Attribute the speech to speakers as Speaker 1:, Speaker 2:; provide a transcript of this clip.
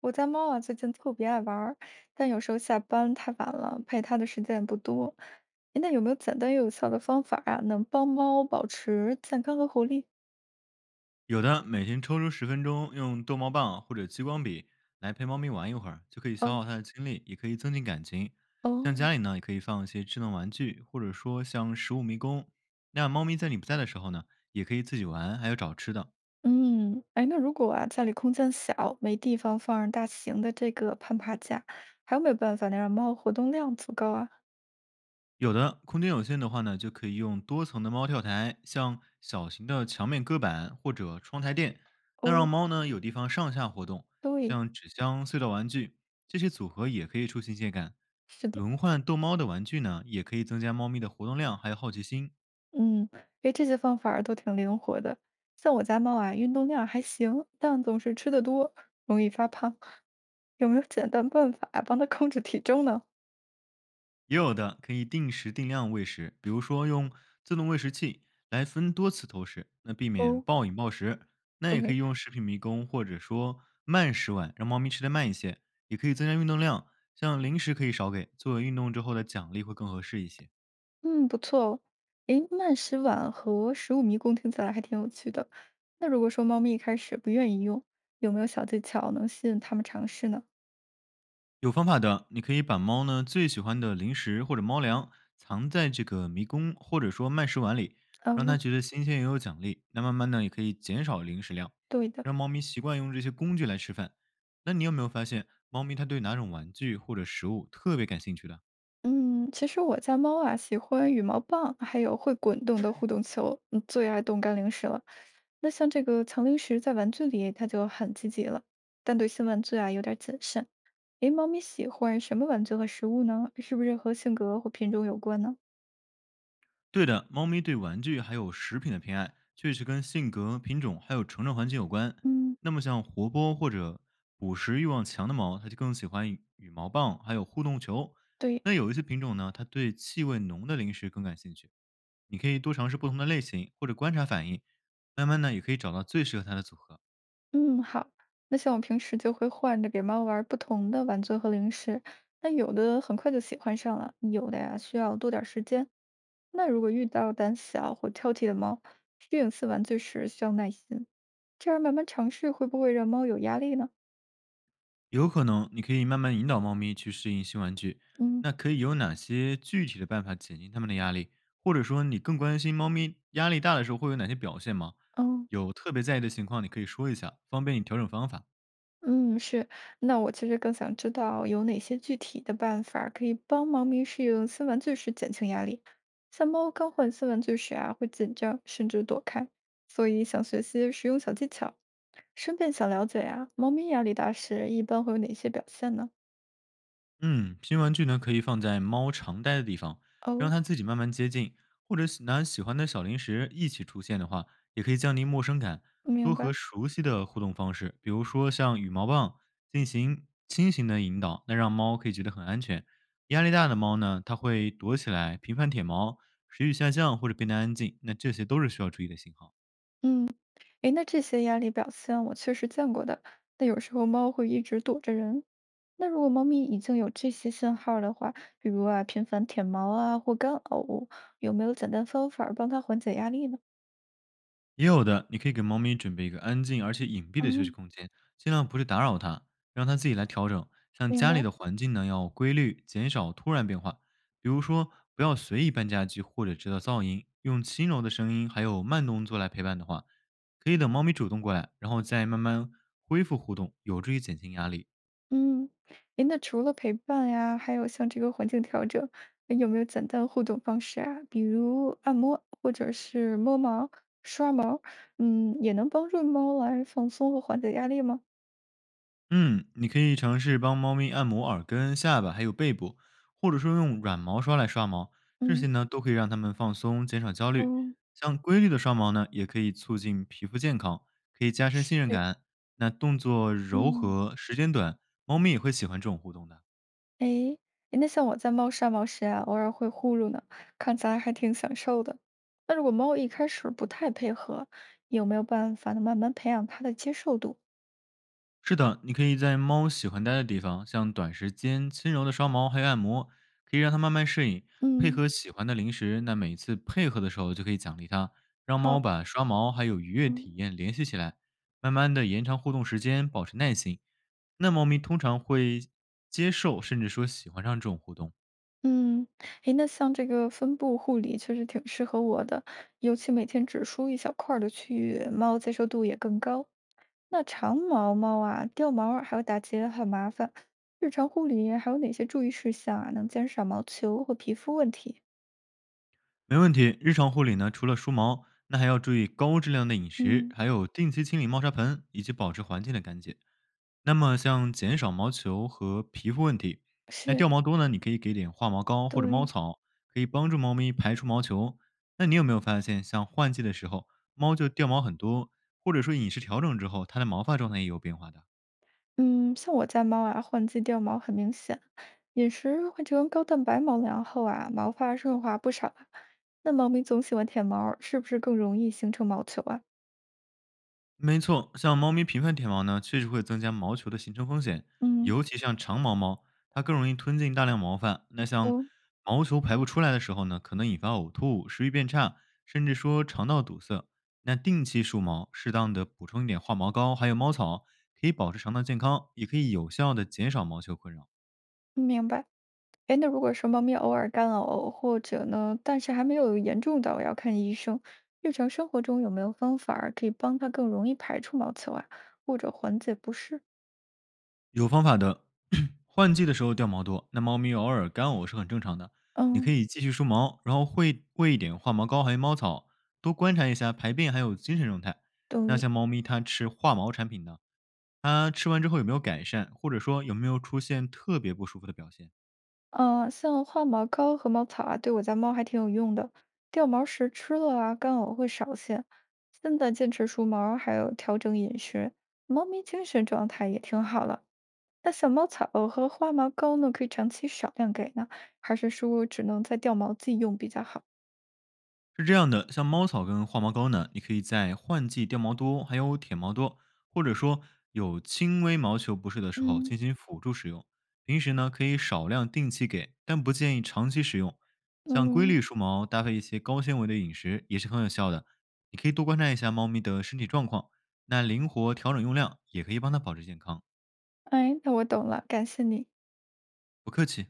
Speaker 1: 我家猫啊，最近特别爱玩儿，但有时候下班太晚了，陪它的时间也不多。诶那有没有简单又有效的方法啊，能帮猫保持健康和活力？
Speaker 2: 有的每天抽出10分钟，用逗猫棒或者激光笔来陪猫咪玩一会儿，就可以消
Speaker 1: 哦。
Speaker 2: 耗它的精力，也可以增进感情。像
Speaker 1: 哦。
Speaker 2: 家里呢，也可以放一些智能玩具，或者说像食物迷宫，那猫咪在你不在的时候呢，也可以自己玩，还有找吃的。
Speaker 1: 嗯。哎，那如果啊，家里空间小，没地方放大型的这个攀爬架，还有没有办法能让猫活动量足够啊？
Speaker 2: 有的，空间有限的话呢，就可以用多层的猫跳台，像小型的墙面搁板或者窗台垫，那让
Speaker 1: 哦。
Speaker 2: 猫呢有地方上下活动。
Speaker 1: 对。
Speaker 2: 像纸箱、隧道玩具这些组合也可以出新鲜感。
Speaker 1: 是的。
Speaker 2: 轮换逗猫的玩具呢，也可以增加猫咪的活动量还有好奇心。
Speaker 1: 嗯，诶，这些方法儿都挺灵活的。像我家猫啊，运动量还行，但总是吃得多，容易发胖。有没有简单办法帮它控制体重呢？
Speaker 2: 也有的可以定时定量喂食，比如说用自动喂食器来分多次投食，那避免
Speaker 1: 哦。
Speaker 2: 暴饮暴食。那也可
Speaker 1: 对。
Speaker 2: 以用食品迷宫或者说慢食碗，让猫咪吃得慢一些，也可以增加运动量。像零食可以少给，作为运动之后的奖励会更合适一些。
Speaker 1: 嗯，不错哦。诶，慢食碗和食物迷宫听起来还挺有趣的。那如果说猫咪一开始不愿意用，有没有小技巧能吸引它们尝试呢？
Speaker 2: 有方法的，你可以把猫呢最喜欢的零食或者猫粮藏在这个迷宫或者说慢食碗里，让它
Speaker 1: 哦。
Speaker 2: 觉得新鲜也有奖励。那慢慢呢也可以减少零食量，
Speaker 1: 对的。
Speaker 2: 让猫咪习惯用这些工具来吃饭。那你有没有发现，猫咪它对哪种玩具或者食物特别感兴趣的？
Speaker 1: 嗯，其实我家猫啊喜欢羽毛棒，还有会滚动的互动球，嗯，最爱动干零食了。那像这个藏零食在玩具里，它就很积极了，但对新玩具啊有点谨慎。诶，猫咪喜欢什么玩具和食物呢？是不是和性格或品种有关呢？
Speaker 2: 对的，猫咪对玩具还有食品的偏爱，确实跟性格、品种还有成长环境有关。
Speaker 1: 嗯。
Speaker 2: 那么像活泼或者捕食欲望强的猫，它就更喜欢羽毛棒还有互动球。
Speaker 1: 对。
Speaker 2: 那有一些品种呢，它对气味浓的零食更感兴趣。你可以多尝试不同的类型，或者观察反应，慢慢呢也可以找到最适合它的组合。
Speaker 1: 嗯，好。那像我平时就会换着给猫玩不同的玩具和零食，那有的很快就喜欢上了，有的呀需要多点儿时间。那如果遇到胆小或挑剔的猫，适应新玩具时需要耐心，这样慢慢尝试会不会让猫有压力呢？
Speaker 2: 有可能，你可以慢慢引导猫咪去适应新玩具。
Speaker 1: 嗯。
Speaker 2: 那可以有哪些具体的办法减轻它们的压力？或者说，你更关心猫咪压力大的时候会有哪些表现吗？
Speaker 1: 哦。
Speaker 2: 有特别在意的情况，你可以说一下，方便你调整方法。
Speaker 1: 嗯，是。那我其实更想知道有哪些具体的办法儿可以帮猫咪适应新玩具时减轻压力。像猫刚换新玩具时啊，会紧张甚至躲开，所以想学些实用小技巧。顺便想了解啊，猫咪压力大时一般会有哪些表现呢？
Speaker 2: 嗯，拼玩具呢可以放在猫常待的地方，让
Speaker 1: 哦。
Speaker 2: 它自己慢慢接近，或者拿喜欢的小零食一起出现的话，也可以降低陌生感。
Speaker 1: 明
Speaker 2: 多
Speaker 1: 白。
Speaker 2: 和熟悉的互动方式，比如说像羽毛棒，进行轻型的引导，那让猫可以觉得很安全。压力大的猫呢，它会躲起来，频繁舔毛，食欲下降或者变得安静，那这些都是需要注意的信号。
Speaker 1: 嗯。诶，那这些压力表现我确实见过的。那有时候猫会一直躲着人。那如果猫咪已经有这些信号儿的话，比如啊频繁舔毛啊或干呕，有没有简单方法儿帮它缓解压力呢？
Speaker 2: 也有的，你可以给猫咪准备一个安静而且隐蔽的休息
Speaker 1: 嗯。
Speaker 2: 空间，尽量不去打扰它，让它自己来调整。像
Speaker 1: 明
Speaker 2: 家里
Speaker 1: 白。
Speaker 2: 的环境呢，要规律，减少突然变化。比如说，不要随意搬家具或者制造噪音，用轻柔的声音还有慢动作来陪伴的话，可以等猫咪主动过来，然后再慢慢恢复互动，有助于减轻压力。
Speaker 1: 嗯，诶，那除了陪伴呀，还有像这个环境调整，诶有没有简单互动方式啊？比如按摩或者是摸毛、刷毛，嗯，也能帮助猫来放松和缓解压力吗？
Speaker 2: 嗯，你可以尝试帮猫咪按摩耳根、下巴还有背部，或者说用软毛刷来刷毛，这
Speaker 1: 嗯。
Speaker 2: 些呢都可以让它们放松，减少焦虑。
Speaker 1: 哦。
Speaker 2: 像规律的刷毛呢，也可以促进皮肤健康，可以加深信任
Speaker 1: 对。
Speaker 2: 感。那动作柔
Speaker 1: 嗯。
Speaker 2: 和、时间短，猫咪也会喜欢这种互动的。
Speaker 1: 诶，诶那像我在猫砂、猫时啊，偶尔会呼噜呢，看起来还挺享受的。那如果猫一开始不太配合，有没有办法呢？慢慢培养它的接受度？
Speaker 2: 是的，你可以在猫喜欢待的地方，像短时间轻柔的刷毛还有按摩，可以让它慢慢适应。配
Speaker 1: 嗯。
Speaker 2: 合喜欢的零食，那每次配合的时候就可以奖励它，让猫
Speaker 1: 好。
Speaker 2: 把刷毛还有愉悦
Speaker 1: 嗯
Speaker 2: 体验联系起来，慢慢的延长互动时间，保持耐心。那猫咪通常会接受，甚至说喜欢上这种互动。
Speaker 1: 嗯，诶，那像这个分布护理确实挺适合我的，尤其每天只梳一小块儿的区域，猫接受度也更高。那长毛猫啊，掉毛儿还有打结很麻烦，日常护理还有哪些注意事项啊，能减少毛球或皮肤问题？
Speaker 2: 没问题，日常护理呢，除了梳毛，那还要注意高质量的饮食，
Speaker 1: 嗯，
Speaker 2: 还有定期清理猫砂盆，以及保持环境的干净。那么像减少毛球和皮肤问题，那
Speaker 1: 是。
Speaker 2: 掉毛多呢，你可以给点化毛膏或者猫
Speaker 1: 对。
Speaker 2: 草，可以帮助猫咪排出毛球。那你有没有发现，像换季的时候，猫就掉毛很多，或者说饮食调整之后，它的毛发状态也有变化的？
Speaker 1: 嗯，像我家猫啊，换季掉毛很明显，饮食换成高蛋白猫粮后啊，毛发顺滑不少啊。那猫咪总喜欢舔毛儿，是不是更容易形成毛球啊？
Speaker 2: 没错，像猫咪频繁舔毛呢，确实会增加毛球的形成风险，
Speaker 1: 嗯。
Speaker 2: 尤其像长毛猫，它更容易吞进大量毛发。那像
Speaker 1: 哦。
Speaker 2: 毛球排不出来的时候呢，可能引发呕吐、食欲变差，甚至说肠道堵塞。那定期梳毛，适当的补充一点化毛膏，还有猫草，可以保持肠道健康，也可以有效的减少毛球困扰。
Speaker 1: 明白。哎，那如果说猫咪偶尔干呕，或者呢，但是还没有严重到要看医生，日常生活中有没有方法儿可以帮它更容易排出毛球啊，或者缓解不适？
Speaker 2: 有方法的，换季的时候掉毛多，那猫咪偶尔干呕是很正常的。你可
Speaker 1: 嗯。
Speaker 2: 以继续梳毛，然后会喂一点化毛膏还有猫草，多观察一下排便还有精神状态。那
Speaker 1: 对。
Speaker 2: 像猫咪它吃化毛产品呢，它吃完之后有没有改善，或者说有没有出现特别不舒服的表现？
Speaker 1: 嗯，像化毛膏和猫草啊，对我家猫还挺有用的。掉毛时吃了啊，干呕会少些。现在坚持梳毛，还有调整饮食，猫咪精神状态也挺好了。那小猫草和化毛膏呢，可以长期少量给呢，还是说只能在掉毛季用比较好？
Speaker 2: 是这样的，像猫草跟化毛膏呢，你可以在换季掉毛多，还有舔毛多，或者说有轻微毛球不适的时候
Speaker 1: 嗯
Speaker 2: 进行辅助使用。平时呢，可以少量定期给，但不建议长期使用。像规
Speaker 1: 嗯，
Speaker 2: 律梳毛，搭配一些高纤维的饮食也是很有效的。你可以多观察一下猫咪的身体状况，那灵活调整用量，也可以帮它保持健康。
Speaker 1: 哎，那我懂了，感谢你。
Speaker 2: 不客气。